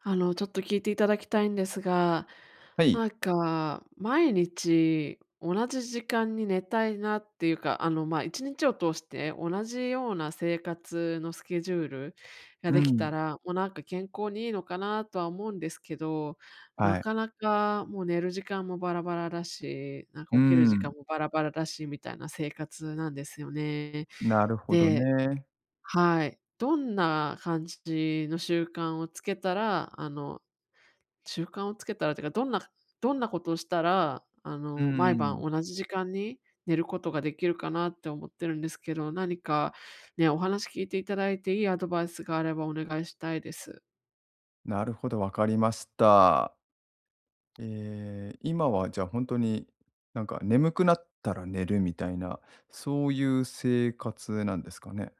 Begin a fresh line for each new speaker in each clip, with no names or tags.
ちょっと聞いていただきたいんですが、
はい。
なんか、毎日同じ時間に寝たいなっていうか、1日を通して同じような生活のスケジュールが
う
できた
ん。
ら、もうなんか健康にいいのかなとは思うんですけど、な
はい。
かなかもう寝る時間もバラバラだし、なん
う
か
ー
起きる時間
ん。
もバラバラだし、みたいな生活なんですよね。
なるほど
で、
ね。
はい。どんな感じの習慣をつけたら、習慣をつけたらっていうか、どんなことをしたら、
うー
毎晩
ん。
同じ時間に寝ることができるかなって思ってるんですけど、何かね、お話聞いていただいていいアドバイスがあればお願いしたいです。
なるほど、わかりました。ええ、今はじゃあ本当に、なんか眠くなったら寝るみたいな、そういう生活なんですかね？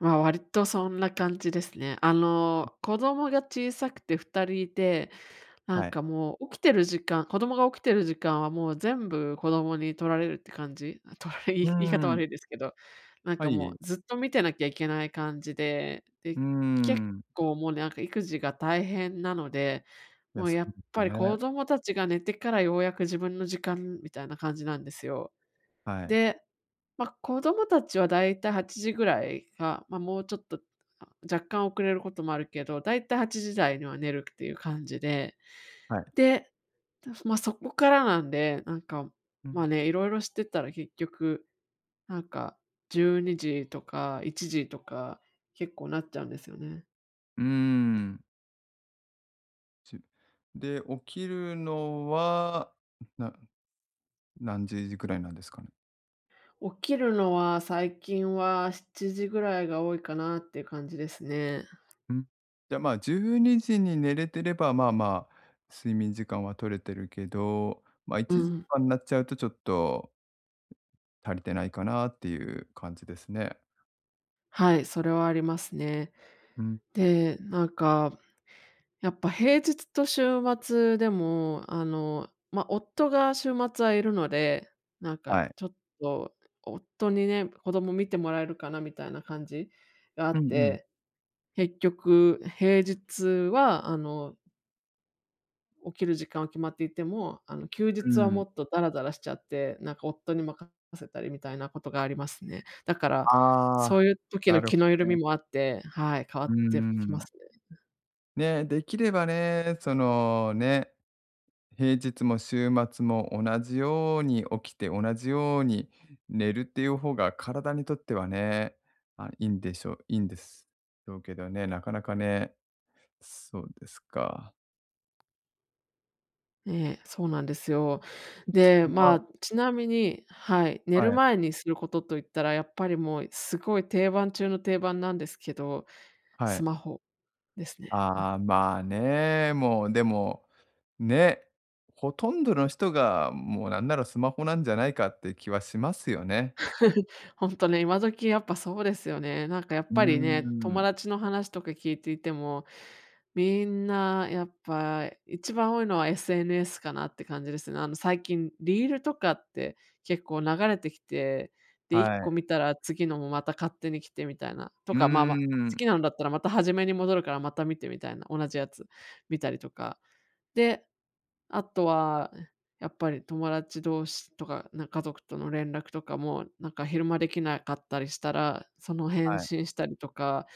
まあ、割とそんな感じですね。子供が小さくて2人いて、な
は
ん
い。
かもう起きてる時間子供が起きてる時間はもう全部子供に取られるって感じ。あ、取られ言い
う
言い方
ーん。
悪いですけど、なん
は
かも
い。
うずっと見てなきゃいけない感じで、で、
うー
結
ん。
構もうなんか育児が大変なので、
い
も
や、
う
そ
や
う
っ
ですよ
ぱり子
ね。
供たちが寝てからようやく自分の時間みたいな感じなんですよ。
はい。
で、まあ、子供たちはだいたい8時ぐらいが、まあ、もうちょっと、あ、若干遅れることもあるけど、だいたい8時台には寝るっていう感じで
はい。
で、まあ、そこからなんで、なんか、
う
ま
ん。
あね、いろいろしてたら結局、なんか12時とか1時とか、結構なっちゃうんですよね。
うーん。ちで、起きるのは、な何時ぐらいなんですかね？
起きるのは最近は7時ぐらいが多いかなっていう感じですね。
うん。じゃ、まあ、12時にじに寝れてれば、まあまあ、睡眠時間は取れてるけど、まあ、い
う
ちじ
ん。
かんになっちゃうとちょっと足りてないかなっていう感じですね。
はい、それはありますね。
うん。
で、なんかやっぱ平日と週末でも、夫が週末はいるので、なんか
はい。
ちょっと夫にね、子供見てもらえるかなみたいな感じがあ
う
っ
んうん。
て、結局平日は、起きる時間は決まっていても、休
う
日は
ん。
もっとダラダラしちゃって、なんか夫に任せたりみたいなことがありますね。だから、
あ
そう
あ、
いう時
な
の
る
気
ほ
の緩
ど
み
ね。
もあって、はい、変わ
う
って
んう
きま
ん。
す。
ね、できればね、そのね平日も週末も同じように起きて、同じように寝るっていう方が体にとってはね、あ、いいんですだけどね、なかなかね、そうですか。
ええ、そうなんですよ。で、ま
は
あ、ちなみにはい、寝る
はい、
前にすることと言ったら、やっぱりもうすごい定番中の定番なんですけど、
は
ス
い。
マホですね。
ああ、まあね、もうでも、ね、ほとんどの人がもうなんならスマホなんじゃないかって気はしますよね。
ほんとね、今時やっぱそうですよね。なんかやっ
うー
ぱりね、友
ん、
達の話とか聞いていても、みんなやっぱ一番多いのは SNS かなって感じですね。最近リールとかって結構流れてきて、で、一
は
個
い。
見たら次のもまた勝手に来てみたいな、と
うー
か、まあまあ、好
ん、
きなのだったらまた初めに戻るからまた見てみたいな、同じやつ見たりとか。で、あとは、やっぱり友達同士とか、なんか家族との連絡とかも、なんか昼間できなかったりしたら、その
は
返
い。
信したりとか、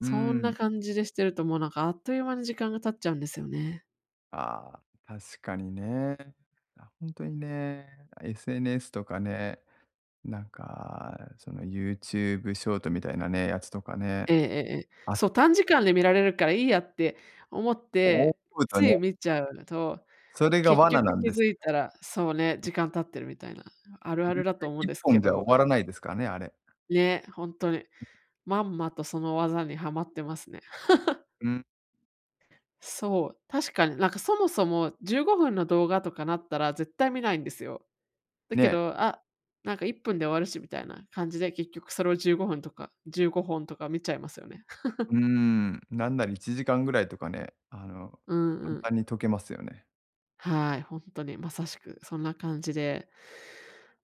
うー
そんな
ん。
感じでしてるともうなんかあっという間に時間が経っちゃうんですよね。
ああ、確かにね。あ、当にね、SNS とかね、なんか、その、YouTube ショートみたいなね、やつとかね、
ええええええ。
あ、
そう、短時間で見られるからいいやって思っ
思
て、
うと
つ
ね、
い見ちゃうと、
それが
結
罠
局
なん
気
で
づ
すよ。
いたら、そうね、時間経ってるみたいな、あるある
絶
だと
対
思うん
一
ですけ
本じゃ
ど、
終わらないですからね、あれ。
ね、本当に、まんまとその技にはまってますね。
うん、
そう、確かに、なんか、そもそも15分の動画とかなったら絶対見ないんですよ。だけ
ね、
ど、あ、なんか1分で終わるしみたいな感じで、結局それを15分とか15本とか見ちゃいますよね。
う ーん、なんなら1時間ぐらいとかね、あの、
うんう
簡
ん。
単に解けますよね。
はい、ほんとにまさしくそんな感じで。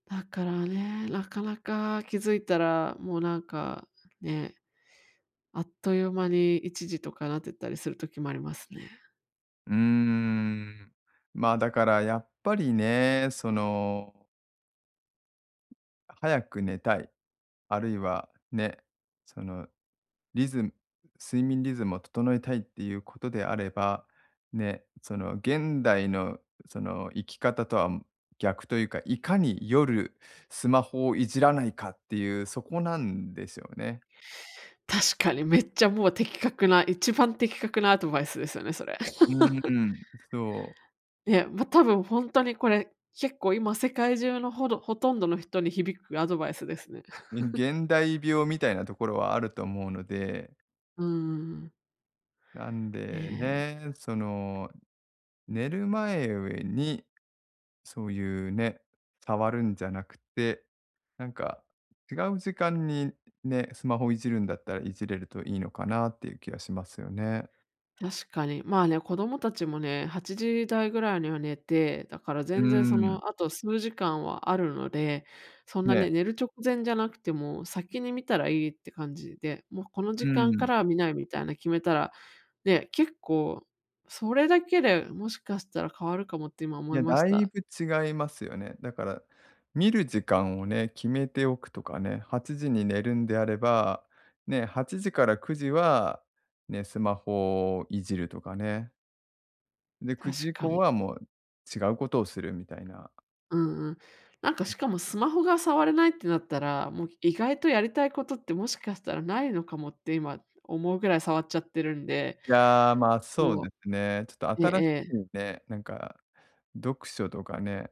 だからね、なかなか気づいたら、もうなんか、ね、あっという間に一時とかなってたりする時もありますね。
うーん。まあ、だからやっぱりね、その、早く寝たい、あるいはね、そのリズム睡眠リズムを整えたいっていうことであれば、ね、その現代のその生き方とは逆というか、いかに夜スマホをいじらないかっていう、そこなんですよね。
確かにめっちゃもう的確な、一番的確なアドバイスですよね、それ。
うーん。そ
いや、ま、多分ほんとにこれ、結構今世界中のほとんどの人に響くアドバイスですね。
う、ね現代病みたいなところはあると思うので、
うーん、
なん
え
で
え。
ね、その寝る前にそういうね、触るんじゃなくて、なんか違う時間にね、スマホいじるんだったらいじれるといいのかなっていう気がしますよね。
確かに。まあね、子供たちもね、8時台ぐらいには寝て、だから
うー
全然その、
ん。
あと数時間はあるので、そんな
ね。
ね、寝る直前じゃなくても、先に見たらいいって感じで、もうこの
う
時
ー
間か
ん。
らは見ないみたいな決めたら、ね、結構、それだけでもしかしたら変わるかもって今思
い
い
や、
まし
だい
た。
ぶ違いますよね。だから、見る時間をね、決めておくとかね、8時に寝るんであれば、ね、8時から9時は、ね、スマホをいじるとかね。で、9時
確
以
か
降
に。
はもう違うことをするみたいな。
うんうん。なんかしかもスマホが触れないってなったら、もう意外とやりたいことってもしかしたらないのかもって今思うぐらい触っちゃってるんで。
いやー、まあ、そう
そう。
ですね。ちょっ
え
と
え
新
え
し
え。
いね、なんか読書とかね、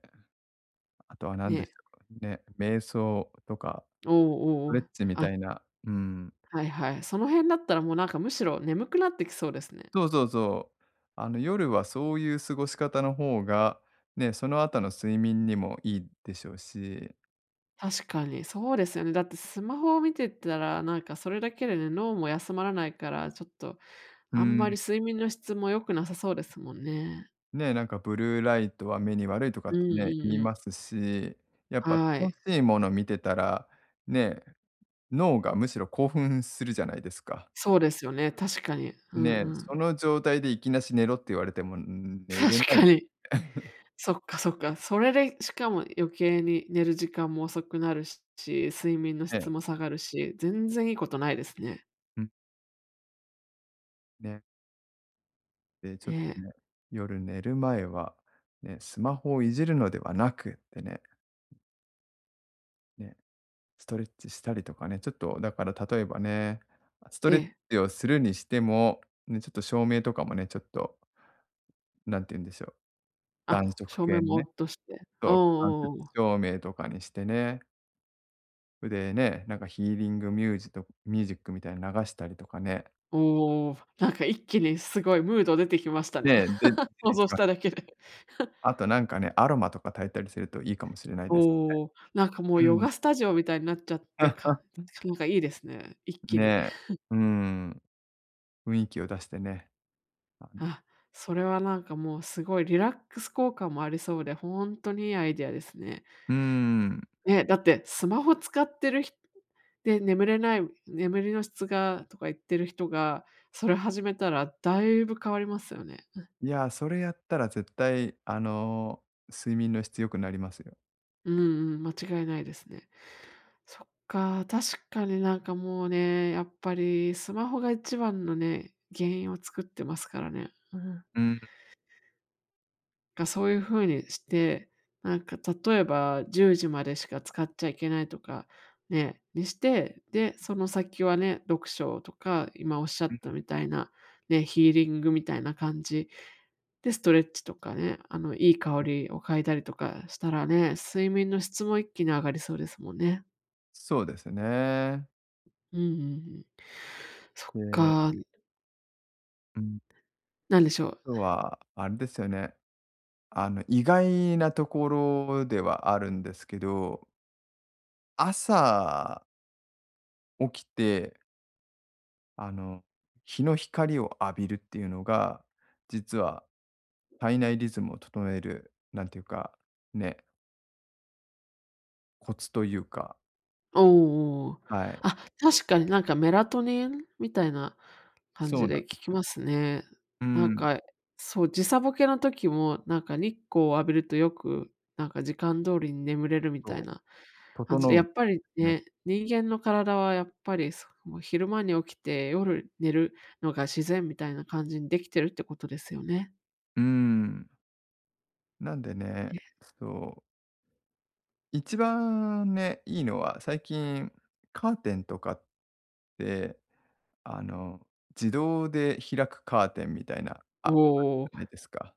あとは何でし
ね。
たかね、瞑想とか、
おう
ス
おう
ト
お
レッ
う
チみた
あ、
いな、うん。
はいはい。その辺だったらもうなんかむしろ眠くなってきそうですね。
そうそうそう。あの、夜はそういう過ごし方の方が、ね、その後の睡眠にもいいでしょうし、
確かに、そうですよね。だってスマホを見てたら、なんかそれだけでね、脳も休まらないから、ちょっと
う
あんま
ん、
り睡眠の質も良くなさそうですもんね。
ね、なんかブルーライトは目に悪いとか
う
っ
ん
て
うん
ね、言い
うん。
ますし、やっぱ
は
楽
い。
しいもの見てたら、ね、脳がむしろ興奮するじゃないですか。
そうですよね、確かに。うん
ね
う
え、そ
ん。
の状態でいきなし寝ろって言われても、寝れ
確
な
か
い。
に。そっかそっか。それで、しかも余計に寝る時間も遅くなるし、睡眠の
ね
質
え、
も下がるし、全然いいことないですね。
ん、ね、で、ちょ
え
っと
え、
ね、夜寝る前は、ね、スマホをいじるのではなくってね、ね、ストレッチしたりとかね、ちょっとだから例えばね、スト
え
レッ
え。
チをするにしても、ね、ちょっと照明とかもね、ちょっと、なんて言うんでしょう、
あ、
暖色
照
系の
明も
ね、
落として。お
そう、間
う
接
おうおう。
照明とかにしてね、でね、なんかヒーリングミュージックみたいに流したりとかね、
おお、なんか一気にすごいムード出てきましたね。
ね、で出
想
てき
像し
ま
た
す
だけで。
あとなんかね、アロマとか炊いたりするといいかもしれないです。
おお、なんかもう
う
ヨ
ん。
ガスタジオみたいになっちゃって、なんかいいですね、一気
ね
に。
え、うん、雰囲気を出してね。あの
あ、それはなんかもうすごいリラックス効果もありそうで、ほんとにいいアイデアですね。
うん、
ね、だってスマホ使ってる眠れない、眠りの質がとか言ってる人が、それ始めたらだいぶ変わりますよね。
いや、それやったら絶対、あの、睡眠の質良くなりますよ。
うんうん、間違いないですね。そっか、確かになんかもうね、やっぱりスマホが一番のね、原因を作ってますからね。うん。
うん、
そういう風にして、なんか例えば10時までしか使っちゃいけないとか、ね、にして、で、その先はね、読書とか、今おっしゃ
う
った
ん
みたいな、ね、ヒーリングみたいな感じで、ストレッチとかね、いい香
うん。
りを嗅いだりとかしたらね、睡眠の質も一気に上がりそうですもんね。
そうですね。
うんうんうん。そっ
で、
か、
うん、
なんでしょう。
あとはあれですよね、あの、意外なところではあるんですけど、朝起きて、あの、日の光を浴びるっていうのが、実は体内リズムを整える、なんていうか、ね、コツというか、
おお
はい。
あ、確かになんかメラトニンみたいな感
そうな
じ
んで
で聞き
す。
ますね。
う
なん
ん、
か、そう、時差ボケの時も、なんか日光を浴びるとよく、なんか時間通りに眠れるみたい
そう、
な感じ
整
で、
うん
や
で
っぱり
すね。
ね、人間の体はやっぱり、もう昼間に起きて夜寝るのが自然みたいな感じにできてるってことですよね。
うん。なんでね、
ね
そう、一番ね、いいのは、最近カーテンとかって、あの、自動で開くカーテンみたいな、
お
あ、
お
ないですか。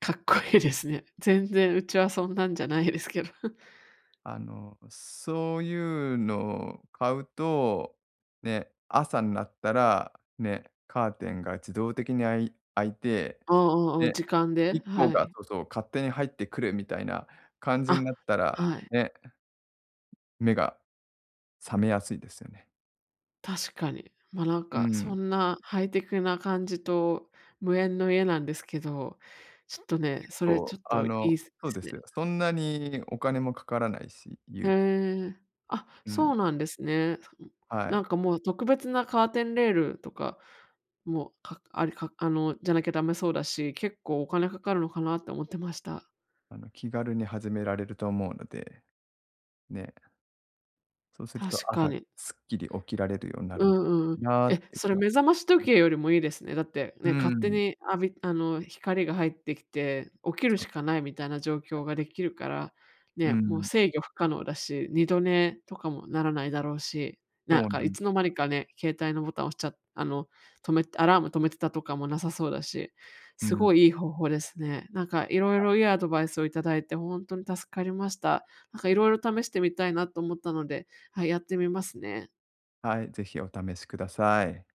かっこいいですね。全然うちはそんなんじゃないですけど。
あの、そういうのを買うと、ね、朝になったら、ね、カーテンが自動的に開いて、
おうんうんうん、
で、
時間で、
日光
は
が
い。
そうそう、勝手に入ってくるみたいな感じに
あ、
なったら、
はい、
ね、目が覚めやすいですよね。
確かに。ま、なん
う
かそ
ん。
んなハイテクな感じと無縁の家なんですけど、ちょっとね、それ
そ
ちょ
う、
っ
あ
とい
の、
いすで
そうで
す
すよ。
ね。
そんなにお金もかからないし、
へえ。あ、
う
そ
ん、
うなんですね。うん、
は
な
い。
んかもう特別なカーテンレールとか、もう、かありかあの、じゃなきゃダメそうだし、結構お金かかるのかなって思ってました。
あの、気軽に始められると思うので、ね。そうすると
確か
朝
に。
すっきり起きられるようにな
う
るんじ
んうん。
ゃないかな
え、
っていう
そ
気
れ
は
目覚まし時
ね。
計よりもいいですね。だって
う
ね、勝手
ん、
に浴びあの、光が入ってきて、起きる
そ
し
う、
かないみたいな状況ができるから、
う
ね、もう
ん、
制御不可能だし、二度寝とかもならないだろうし、
そ
なん
うな
かい
んで
つの
す
間にかね、携帯のボタン押しちゃあの、アラーム止めてたとかもなさそうだし、
う
す
ん、
ごいいい方法ですね。なんか色々いいアドバイスをいただいてほんとに助かりました。なんか色々試してみたいなと思ったので、はい、やってみますね。
はい、ぜひお試しください。